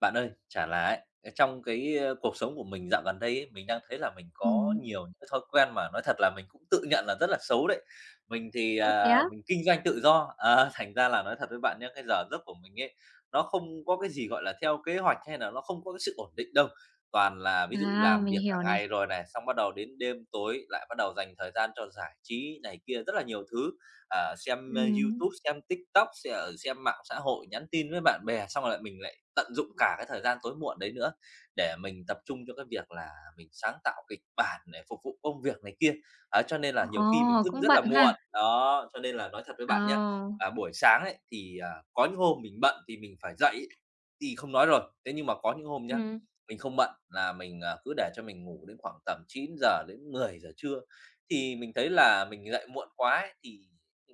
Bạn ơi, chả là ấy, ờ, trong cái, ơ, cuộc sống của mình dạo gần đây ấy, mình đang thấy là mình có Ừm. nhiều những cái thói quen mà nói thật là mình cũng tự nhận là rất là xấu đấy. Mình thì, Ơ, thế à, á? mình kinh doanh tự do, ờ, thành ra là nói thật với bạn nhé, cái giờ giấc của mình ấy, nó không có cái gì, gọi là, theo kế hoạch hay là nó không có cái sự ổn định đâu. Toàn là ví dụ À, làm mình việc cả hiểu này. ngày rồi này, xong bắt đầu đến đêm tối lại bắt đầu dành thời gian cho giải trí này kia, rất là nhiều thứ, ờ, xem, ơ, Ừm. YouTube, xem TikTok, xem mạng xã hội, nhắn tin với bạn bè, xong rồi lại mình lại tận dụng cả cái thời gian tối muộn đấy nữa để mình tập trung cho cái việc là mình sáng tạo kịch bản để phục vụ công việc này kia. Ấy, cho nên là Ồ, nhiều khi mình thức cũng rất là bận ha? muộn, đó, cho nên là nói thật với bạn nhá, Ờ. à, buổi sáng ấy thì, à, có những hôm mình bận thì mình phải dậy ấy, thì không nói rồi, thế nhưng mà có những hôm nhá, Ừm. mình không bận là mình, à, cứ để cho mình ngủ đến khoảng tầm 9 giờ đến 10 giờ trưa, thì mình thấy là mình dậy muộn quá ấy, thì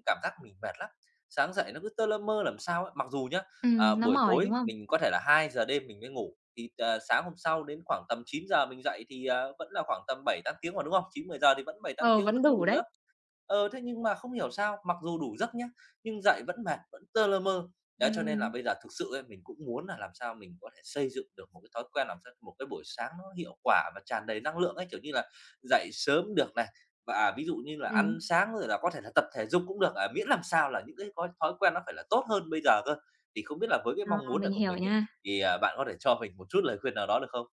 cảm giác mình mệt lắm, sáng dậy nó cứ tơ lơ mơ làm sao ấy. Mặc dù nhá, à, nó buổi mỏi, đúng tối không? mình có thể là 2 giờ đêm mình mới ngủ, thì, ờ, sáng hôm sau đến khoảng tầm chín giờ mình dậy thì, à, vẫn là khoảng tầm 7 8 tiếng mà, đúng không? 9 10 giờ thì vẫn bảy tám Ờ, tiếng vẫn vẫn đủ đủ đấy. giấc. Ờ, thế nhưng mà không hiểu sao, mặc dù đủ giấc nhá, nhưng dậy vẫn mệt, vẫn tơ lơ mơ. Đấy, cho nên là Ừm. bây giờ thực sự ấy, mình cũng muốn là làm sao mình có thể xây dựng được một cái thói quen, làm sao một cái buổi sáng nó hiệu quả và tràn đầy năng lượng ấy, kiểu như là, dậy sớm được này, và, à, ví dụ như là Ừm. ăn sáng rồi là có thể là tập thể dục cũng được, à, miễn làm sao là những cái có thói quen nó phải là tốt hơn bây giờ cơ. Thì không biết là với cái Ờ, mong muốn mình này của hiểu mình ấy, nha. thì, à, bạn có thể cho mình một chút lời khuyên nào đó được không?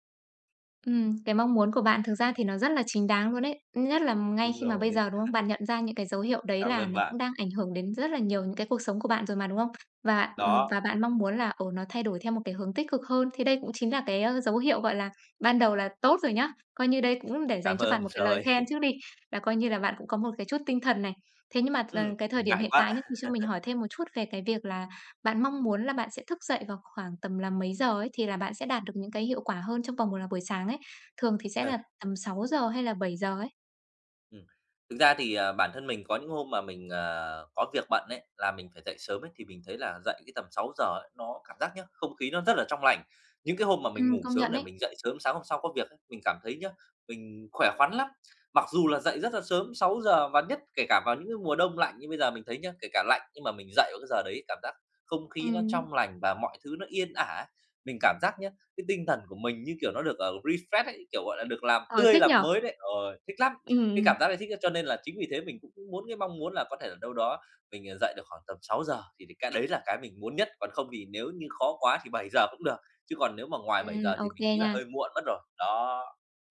Cái mong muốn của bạn thực ra thì nó rất là chính đáng luôn đấy. Nhất là ngay Đúng khi mà rồi bây ấy, giờ, đúng không? Bạn nhận ra những cái dấu hiệu đấy cảm là ơn nó bạn. cũng đang ảnh hưởng đến rất là nhiều những cái cuộc sống của bạn rồi mà, đúng không? Và, ừm, Đó, và bạn mong muốn là, ừ, nó thay đổi theo một cái hướng tích cực hơn, thì đây cũng chính là cái, dấu hiệu, gọi là, ban đầu là tốt rồi nhá. Coi như đây cũng để dành cảm cho bạn ơn, một cái lời rồi, khen trước đi, là coi như là bạn cũng có một cái chút tinh thần này. Thế nhưng mà, ờ, cái thời điểm ngại hiện quá. tại nhất thì cho mình hỏi thêm một chút về cái việc là bạn mong muốn là bạn sẽ thức dậy vào khoảng tầm là mấy giờ ấy, thì là bạn sẽ đạt được những cái hiệu quả hơn trong vòng một là buổi sáng ấy. Thường thì sẽ Ừ. là tầm 6 giờ hay là 7 giờ ấy. Ừm. Thực ra thì, à, bản thân mình có những hôm mà mình, ờ, có việc bận ấy, là mình phải dậy sớm ấy, thì mình thấy là dậy cái tầm 6 giờ ấy, nó cảm giác nhá, không khí nó rất là trong lành. Những cái hôm mà mình ngủ Công sớm nhận để ấy. mình dậy sớm sáng hôm sau có việc ấy, mình cảm thấy nhá, mình khỏe khoắn lắm. Mặc dù là dậy rất là sớm sáu giờ, và nhất kể cả vào những cái mùa đông lạnh như bây giờ mình thấy nhá, kể cả lạnh nhưng mà mình dậy vào cái giờ đấy cảm giác không khí nó Ừm, trong lành và mọi thứ nó yên ả. Mình cảm giác nhá, cái tinh thần của mình, như kiểu, nó được, ở refresh ấy, kiểu, gọi là, được làm ờ, tươi thích nhỉ? làm mới đấy, ờ, thích lắm. Ừm, Cái ừm. cảm giác đấy thích, cho nên là chính vì thế mình cũng muốn, cái mong muốn là có thể là đâu đó mình, ờ, dậy được khoảng tầm 6 giờ thì cái đấy là cái mình muốn nhất, còn không thì nếu như khó quá thì 7 giờ cũng được, chứ còn nếu mà ngoài bảy giờ Ô thì mình kê nghĩ là nha. hơi muộn mất rồi. Đó,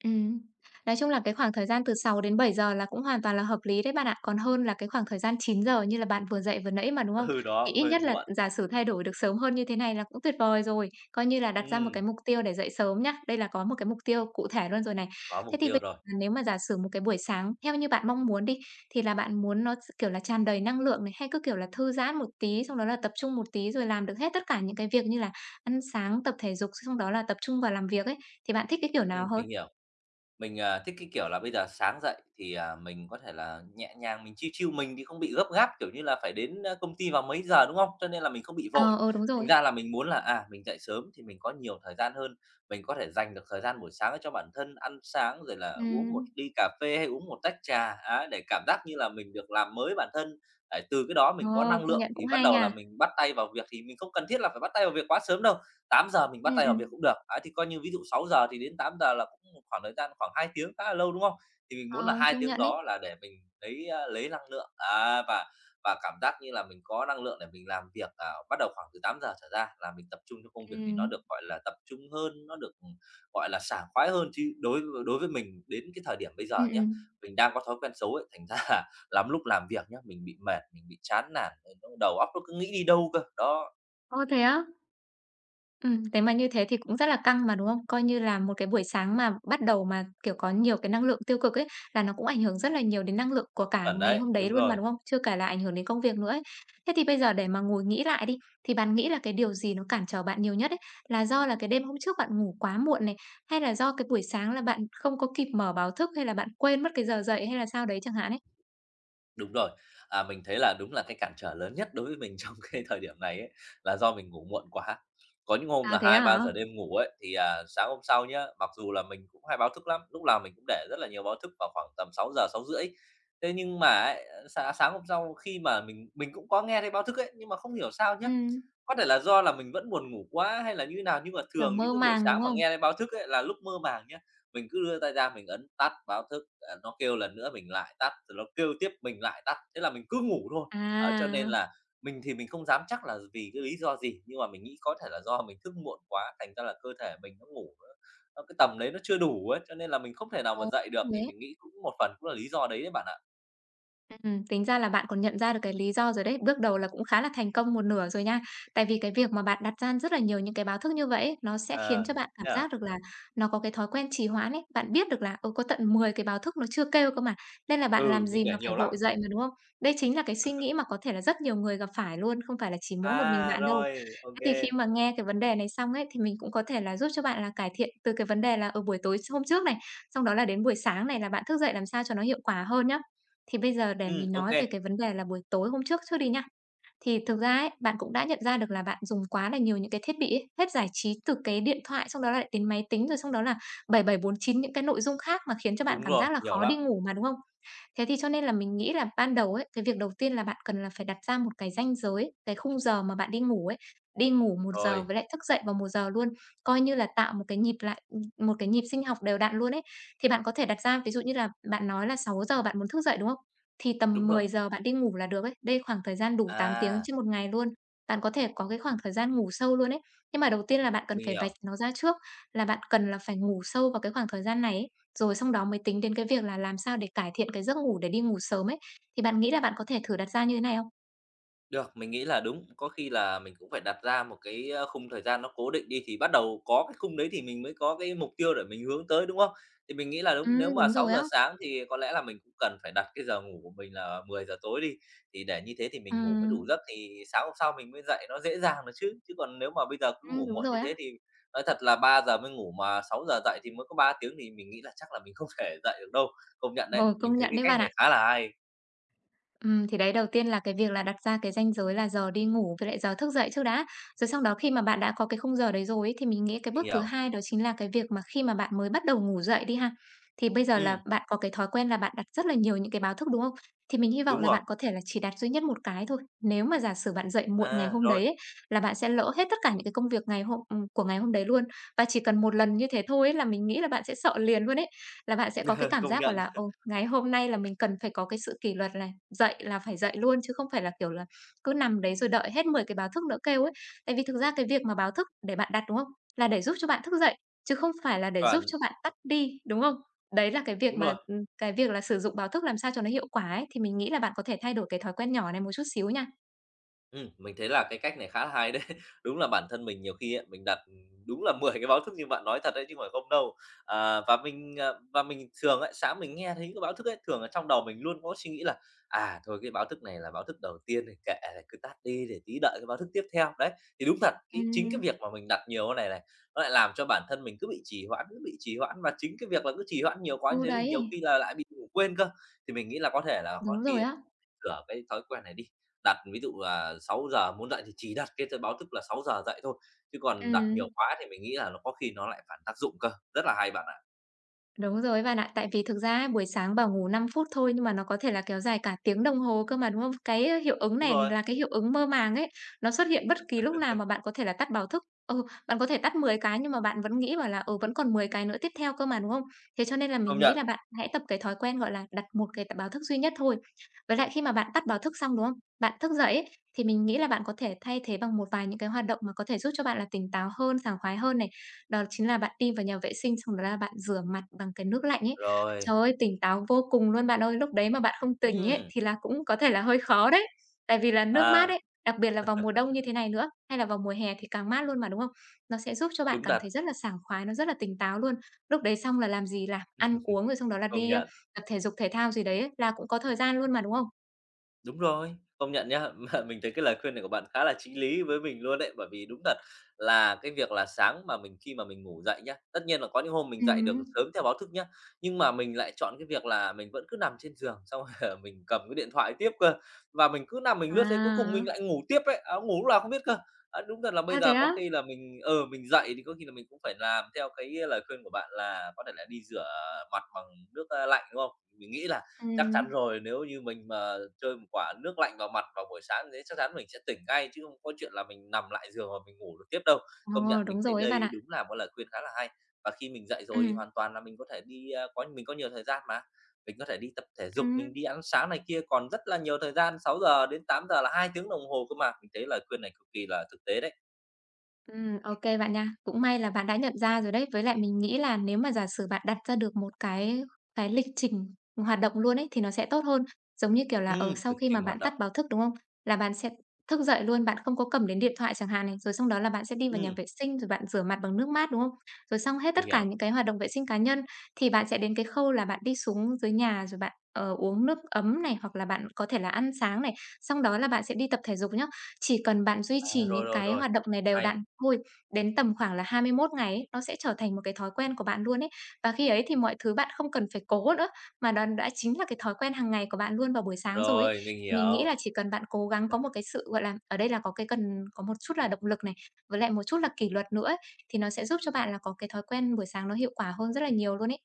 Ừm. Nói chung là cái khoảng thời gian từ 6 đến 7 giờ là cũng hoàn toàn là hợp lý đấy bạn ạ, còn hơn là cái khoảng thời gian 9 giờ như là bạn vừa dậy vừa nãy mà, đúng không? ừ, Thì đó, ít hơi nhất là muộn. giả sử thay đổi được sớm hơn như thế này là cũng tuyệt vời rồi, coi như là đặt ra một Ừm, cái mục tiêu để dậy sớm nhá. Đây là có một cái mục tiêu cụ thể luôn rồi này. có Thế mục thì bây tiêu rồi. giờ nếu mà giả sử một cái buổi sáng theo như bạn mong muốn đi, thì là bạn muốn nó kiểu là tràn đầy năng lượng này, hay cứ, kiểu là, thư giãn một tí, xong đó là tập trung một tí rồi làm được hết tất cả những cái việc như là ăn sáng, tập thể dục, xong đó là tập trung vào làm việc ấy, thì bạn thích cái kiểu nào hơn? Mình hiểu. Mình, à, thích cái kiểu là bây giờ sáng dậy thì, à, mình có thể là nhẹ nhàng, mình chill chill, mình thì không bị gấp gáp, kiểu như là, phải đến, a, công ty vào mấy giờ, đúng không? Cho nên là mình không bị Ờ, vội. ừ, đúng Thành rồi. ra là mình muốn là, à, mình dậy sớm thì mình có nhiều thời gian hơn, mình có thể dành được thời gian buổi sáng cho bản thân, ăn sáng rồi là uống một Ừm. ly cà phê hay uống một tách trà, á, để cảm giác như là mình được làm mới bản thân. Đấy, từ cái đó mình có Ồ, năng công nhận lượng cũng thì bắt hay đầu là nha. mình bắt tay vào việc, thì mình không cần thiết là phải bắt tay vào việc quá sớm đâu, 8 giờ mình bắt Ừm, tay vào ừm. việc cũng được. Ấy, thì coi như ví dụ 6 giờ thì đến 8 giờ là cũng một khoảng thời gian khoảng 2 tiếng khá là lâu, đúng không? Thì mình muốn là Ờ, hai công tiếng nhận ấy. đó là để mình lấy, a, lấy năng lượng, à, và cảm giác như là mình có năng lượng để mình làm việc, à, bắt đầu khoảng từ 8 giờ trở ra là mình tập trung cho công việc thì nó Ừm. được, gọi là, tập trung hơn, nó được, ừ, gọi là, sảng khoái hơn. Chứ đối đối với mình đến cái thời điểm bây Ừm, giờ nhé, ừm. mình đang có thói quen xấu ấy, thành ra là lắm lúc làm việc nhá, mình bị mệt, mình bị chán nản, đầu óc nó cứ nghĩ đi đâu cơ. Đó, Ồ, thế á? Nếu mà như thế thì cũng rất là căng mà, đúng không? Coi như là một cái buổi sáng mà bắt đầu mà, kiểu, có nhiều cái năng lượng tiêu cực ấy, là nó cũng ảnh hưởng rất là nhiều đến năng lượng của cả chuẩn ngày đấy, hôm đấy đúng luôn mà, rồi. đúng không? Chưa kể là ảnh hưởng đến công việc nữa ấy. Thế thì bây giờ để mà ngồi nghĩ lại đi, thì bạn nghĩ là cái điều gì nó cản trở bạn nhiều nhất ấy? Là do là cái đêm hôm trước bạn ngủ quá muộn này, hay là do cái buổi sáng là bạn không có kịp mở báo thức, hay là bạn quên mất cái giờ dậy hay là sao đấy chẳng hạn ấy? Đúng rồi. À, mình thấy là đúng là cái cản trở lớn nhất đối với mình trong cái thời điểm này ấy, là do mình ngủ muộn quá. Có những hôm À, là thế hai hả? ba giờ đêm ngủ ấy, thì, à, sáng hôm sau nhá, mặc dù là mình cũng hay báo thức lắm, lúc nào mình cũng để rất là nhiều báo thức vào khoảng tầm 6 giờ 6 rưỡi. Thế nhưng mà ấy, sáng sáng hôm sau khi mà mình cũng có nghe thấy báo thức ấy, nhưng mà không hiểu sao nhá, Ừm, có thể là do là mình vẫn buồn ngủ quá hay là như thế nào, nhưng mà kiểu, thường những mơ cái buổi màng, đúng sáng mà không? nghe thấy báo thức ấy là lúc mơ màng nhá, mình cứ đưa tay ra mình ấn tắt báo thức, à, nó kêu lần nữa mình lại tắt, rồi nó kêu tiếp mình lại tắt, thế là mình cứ ngủ thôi. Ở cho nên À, là mình thì mình không dám chắc là vì cái lý do gì, nhưng mà mình nghĩ có thể là do mình thức muộn quá, thành ra là cơ thể mình nó cái tầm đấy nó chưa đủ ấy, cho nên là mình không thể nào mà ồ, dậy được, thì đấy. mình nghĩ cũng một phần cũng là lý do đấy đấy bạn ạ. Tính ra là bạn còn nhận ra được cái lý do rồi đấy, bước đầu là cũng khá là thành công một nửa rồi nha. Tại vì cái việc mà bạn đặt ra rất là nhiều những cái báo thức như vậy ấy, nó sẽ khiến cho Ờ, bạn cảm thế à? giác được là nó có cái thói quen trì hoãn ấy. Bạn biết được là, ừ, có tận 10 cái báo thức nó chưa kêu cơ mà, nên là bạn Ừ, làm mình gì mà để phải nhiều lắm. vội dậy mà, đúng không? Đây chính là cái suy nghĩ mà có thể là rất nhiều người gặp phải luôn, không phải là chỉ mỗi À, một mình bạn đâu. rồi, ok Thế thì kê. khi mà nghe cái vấn đề này xong ấy, thì mình cũng có thể là giúp cho bạn là cải thiện từ cái vấn đề là, ở buổi tối hôm trước này, xong đó là đến buổi sáng này là bạn thức dậy làm sao cho nó hiệu quả hơn nhá. Thì bây giờ để mình Ok. nói về cái vấn đề là buổi tối hôm trước trước đi nha. Thì thực ra ấy, bạn cũng đã nhận ra được là bạn dùng quá là nhiều những cái thiết bị ấy, hết giải trí từ cái điện thoại xong đó lại đến máy tính, rồi xong đó là 7749 những cái nội dung khác mà khiến cho bạn Đúng cảm rồi, giác là nhiều khó lắm. đi ngủ mà, đúng không? Thế thì cho nên là mình nghĩ là ban đầu ấy, cái việc đầu tiên là bạn cần là phải đặt ra một cái ranh giới, cái khung giờ mà bạn đi ngủ ấy, đi ngủ một giờ Rồi, với lại thức dậy vào một giờ luôn, coi như là tạo một cái nhịp sinh học đều đặn luôn ấy. Thì bạn có thể đặt ra ví dụ như là bạn nói là 6 giờ bạn muốn thức dậy, đúng không? Thì tầm đúng mười rồi. giờ bạn đi ngủ là được ấy. Đây khoảng thời gian đủ 8 tiếng À, trên một ngày luôn. Bạn có thể có cái khoảng thời gian ngủ sâu luôn ấy. Nhưng mà đầu tiên là bạn cần mình phải vạch hiểu. nó ra trước, là bạn cần là phải ngủ sâu vào cái khoảng thời gian này ấy, rồi xong đó mới tính đến cái việc là làm sao để cải thiện cái giấc ngủ để đi ngủ sớm ấy. Thì bạn nghĩ là bạn có thể thử đặt ra như thế này không? Được, mình nghĩ là đúng, có khi là mình cũng phải đặt ra một cái, ơ, khung thời gian nó cố định đi, thì bắt đầu có cái khung đấy thì mình mới có cái mục tiêu để mình hướng tới, đúng không? Thì mình nghĩ là đúng, nếu mà Đúng sáu rồi á. giờ sáng thì có lẽ là mình cũng cần phải đặt cái giờ ngủ của mình là 10 giờ tối đi, thì để như thế thì mình ngủ mới đủ Ừm, giấc thì sáng hôm sau mình mới dậy nó dễ dàng được chứ. Chứ còn nếu mà bây giờ cứ ngủ đúng muộn như rồi á. thế thì nói thật là 3 giờ mới ngủ mà 6 giờ dậy thì mới có 3 tiếng thì mình nghĩ là chắc là mình không thể dậy được đâu. Công nhận đấy, Ờ, mình công thấy nhận cái đấy cách bạn này ạ. khá là hay, Thì đấy, đầu tiên là cái việc là đặt ra cái ranh giới là giờ đi ngủ với lại giờ thức dậy trước đã. Rồi sau đó khi mà bạn đã có cái khung giờ đấy rồi ấy, thì mình nghĩ cái mình bước thứ hiểu. hai đó chính là cái việc mà khi mà bạn mới bắt đầu ngủ dậy đi ha, thì bây giờ là Ừm, bạn có cái thói quen là bạn đặt rất là nhiều những cái báo thức, đúng không? Thì mình hy vọng đúng là rồi. bạn có thể là chỉ đặt duy nhất một cái thôi. Nếu mà giả sử bạn dậy muộn ngày À, hôm rồi. đấy ấy, là bạn sẽ lỡ hết tất cả những cái công việc ngày hôm của ngày hôm đấy luôn. Và chỉ cần một lần như thế thôi ấy là mình nghĩ là bạn sẽ sợ liền luôn ấy. Là bạn sẽ có cái cảm Công giác, gọi nhận, là, ừ, ngày hôm nay là mình cần phải có cái sự kỷ luật này, dậy là phải dậy luôn chứ không phải là, kiểu là, cứ nằm đấy rồi đợi hết 10 cái báo thức nữa kêu ấy. Tại vì thực ra cái việc mà báo thức để bạn đặt, đúng không? Là để giúp cho bạn thức dậy, chứ không phải là để chuẩn, giúp cho bạn tắt đi, đúng không? Đấy là cái việc đúng mà, rồi. Cái việc là sử dụng báo thức làm sao cho nó hiệu quả ấy, thì mình nghĩ là bạn có thể thay đổi cái thói quen nhỏ này một chút xíu nha. Mình thấy là cái cách này khá là hay đấy. Đúng là bản thân mình nhiều khi ấy, mình đặt, đúng là 10 cái báo thức như bạn nói thật đấy chứ không phải không đâu. À, và mình thường ấy, sáng mình nghe thấy cái báo thức ấy, thường ở trong đầu mình luôn có suy nghĩ là "À, thôi cái báo thức này là báo thức đầu tiên thì kệ, cứ tắt đi để tí đợi cái báo thức tiếp theo." Đấy, thì đúng thật, cái chính cái Ừm. việc mà mình đặt nhiều cái này này, nó lại làm cho bản thân mình cứ bị trì hoãn, cứ bị trì hoãn và chính cái việc là cứ trì hoãn nhiều quá như Ừ, thế thì nhiều đấy, khi là lại bị ngủ quên cơ. Thì mình nghĩ là có thể là có đúng khi rồi á. sửa cái thói quen này đi. Đặt ví dụ là 6 giờ muốn dậy thì chỉ đặt cái báo thức là 6 giờ dậy thôi, chứ còn đặt nhiều Ừm. quá thì mình nghĩ là nó có khi nó lại phản tác dụng cơ. Rất là hay bạn ạ. Đúng rồi ấy bạn ạ. Tại vì thực ra ấy, buổi sáng bảo ngủ 5 phút thôi nhưng mà nó có thể là kéo dài cả tiếng đồng hồ cơ mà, đúng không? Cái hiệu ứng Đúng này rồi, là cái hiệu ứng mơ màng ấy, nó xuất hiện bất kỳ lúc nào mà bạn có thể là tắt báo thức. Ừ, bạn có thể tắt 10 cái nhưng mà bạn vẫn nghĩ bảo là, ừ, vẫn còn 10 cái nữa tiếp theo cơ mà, đúng không? Thế cho nên là công mình nghĩ nhận. là bạn hãy tập cái thói quen, gọi là, đặt một cái báo thức duy nhất thôi. Với lại khi mà bạn tắt báo thức xong, đúng không? Bạn thức dậy ấy, thì mình nghĩ là bạn có thể thay thế bằng một vài những cái hoạt động mà có thể giúp cho bạn là tỉnh táo hơn, sảng khoái hơn này. Đó chính là bạn đi vào nhà vệ sinh xong đó là bạn rửa mặt bằng cái nước lạnh ấy. Trời Rồi. ơi, tỉnh táo vô cùng luôn bạn ơi! Lúc đấy mà bạn không tỉnh ấy, Ừm, thì là cũng có thể là hơi khó đấy. Tại vì là nước mát à, ấy, đặc biệt là vào mùa đông như thế này nữa, hay là vào mùa hè thì càng mát luôn mà, đúng không? Nó sẽ giúp cho bạn đúng cảm đặt thấy rất là sảng khoái, nó rất là tỉnh táo luôn. Lúc đấy xong là làm gì? Là ăn uống rồi xong đó là công đi, nhận. tập thể dục thể thao gì đấy ấy, là cũng có thời gian luôn mà, đúng không? Đúng rồi, công nhận nhá. Mà mình thấy cái lời khuyên này của bạn khá là chí lý với mình luôn đấy, bởi vì đúng thật là cái việc là sáng mà mình khi mà mình ngủ dậy nhá, tất nhiên là có những hôm mình dậy được Ừm. sớm theo báo thức nhá, nhưng mà mình lại chọn cái việc là mình vẫn cứ nằm trên giường, xong rồi mình cầm cái điện thoại tiếp cơ, và mình cứ nằm mình lướt thế cuối cùng À, mình lại ngủ tiếp ấy, ờ, ngủ lúc nào không biết cơ. Á, đúng thật là bây à, thế giờ có á? khi là mình dậy thì có khi là mình cũng phải làm theo cái lời khuyên của bạn là có thể là đi rửa mặt bằng nước, lạnh, đúng không? Mình nghĩ là chắc chắn Ừm. rồi, nếu như mình mà chơi một quả nước lạnh vào mặt vào buổi sáng thế chắc chắn mình sẽ tỉnh ngay, chứ không có chuyện là mình nằm lại giường và mình ngủ được tiếp đâu. Công Ờ, nhận mình đúng thấy rồi ấy đây bạn ạ. đúng là một lời khuyên khá là hay, và khi mình dậy rồi thì Ừm, hoàn toàn là mình có thể đi, có nhiều thời gian mà, mình có thể đi tập thể dục, mình ừm. đi ăn sáng này kia còn rất là nhiều thời gian, 6 giờ đến 8 giờ là 2 tiếng đồng hồ cơ mà. Mình thấy lời khuyên này cực kỳ là thực tế đấy. Ok bạn nha. Cũng may là bạn đã nhận ra rồi đấy. Với lại mình nghĩ là nếu mà giả sử bạn đặt ra được một cái lịch trình hoạt động luôn ấy, thì nó sẽ tốt hơn. Giống như kiểu là, ở sau Lịch khi mà trình hoạt bạn tắt động, báo thức, đúng không? Là bạn sẽ thức dậy luôn, bạn không có cầm đến điện thoại chẳng hạn này, rồi sau đó là bạn sẽ đi vào nhà ừm, vệ sinh, rồi bạn rửa mặt bằng nước mát, đúng không? Rồi xong hết mình tất cả hiểu. những cái hoạt động vệ sinh cá nhân, thì bạn sẽ đến cái khâu là bạn đi xuống dưới nhà rồi bạn, uống nước ấm này, hoặc là bạn có thể là ăn sáng này, xong đó là bạn sẽ đi tập thể dục nhá. Chỉ cần bạn duy À, trì rồi, những rồi, cái rồi, hoạt động này đều hay, đặn thôi, đến tầm khoảng là 21 ngày ấy, nó sẽ trở thành một cái thói quen của bạn luôn ấy. Và khi ấy thì mọi thứ bạn không cần phải cố nữa, mà đó đã chính là cái thói quen hàng ngày của bạn luôn vào buổi sáng rồi ấy. rồi, mình Thì mình nghĩ hiểu. là chỉ cần bạn cố gắng có một cái sự, gọi là, ở đây là có cái cần có một chút là động lực này, với lại một chút là kỷ luật nữa ấy, thì nó sẽ giúp cho bạn là có cái thói quen buổi sáng nó hiệu quả hơn rất là nhiều luôn ấy.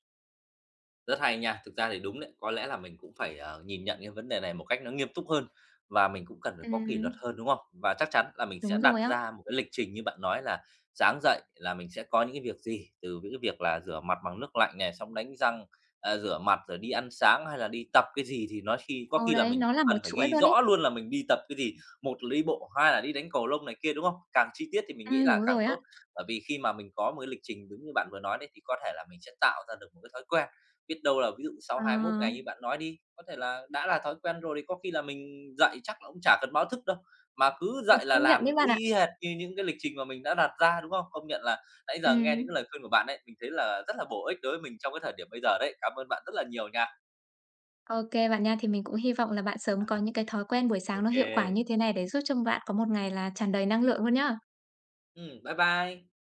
Rất hay nha. Thực ra thì đúng đấy, có lẽ là mình cũng phải, nhìn nhận cái vấn đề này một cách nó nghiêm túc hơn và mình cũng cần phải có kỷ luật Ừm, hơn, đúng không? Và chắc chắn là mình sẽ đúng đặt rồi á. ra một cái lịch trình như bạn nói là sáng dậy là mình sẽ có những cái việc gì, từ những cái việc là rửa mặt bằng nước lạnh này, xong đánh răng, à, rửa mặt rồi đi ăn sáng hay là đi tập cái gì thì nói khi có Ừ, khi là đấy, mình nó cũng là một cần phải chuỗi ghi luôn ấy. rõ luôn là mình đi tập cái gì. Một là đi bộ, hai là đi đánh cầu lông này kia, đúng không? Càng chi tiết thì mình nghĩ là Đúng càng rồi á. tốt, bởi vì khi mà mình có một cái lịch trình đúng như bạn vừa nói đấy thì có thể là mình sẽ tạo ra được một cái thói quen. Biết đâu là ví dụ sau Ờ, 21 ngày như bạn nói đi, có thể là đã là thói quen rồi thì có khi là mình dậy chắc là cũng chả cần báo thức đâu, mà cứ mình dậy là công nhận làm đấy bạn ạ. y hệt như những cái lịch trình mà mình đã đặt ra, đúng không? Công nhận là nãy giờ nghe những Ừm. cái lời khuyên của bạn ấy, mình thấy là rất là bổ ích đối với mình trong cái thời điểm bây giờ đấy. Cảm ơn bạn rất là nhiều nha. OK, bạn nha. Thì mình cũng hy vọng là bạn sớm có những cái thói quen buổi sáng nó hiệu quả như OK. thế này để giúp cho bạn có một ngày là tràn đầy năng lượng luôn nhá. Bye bye.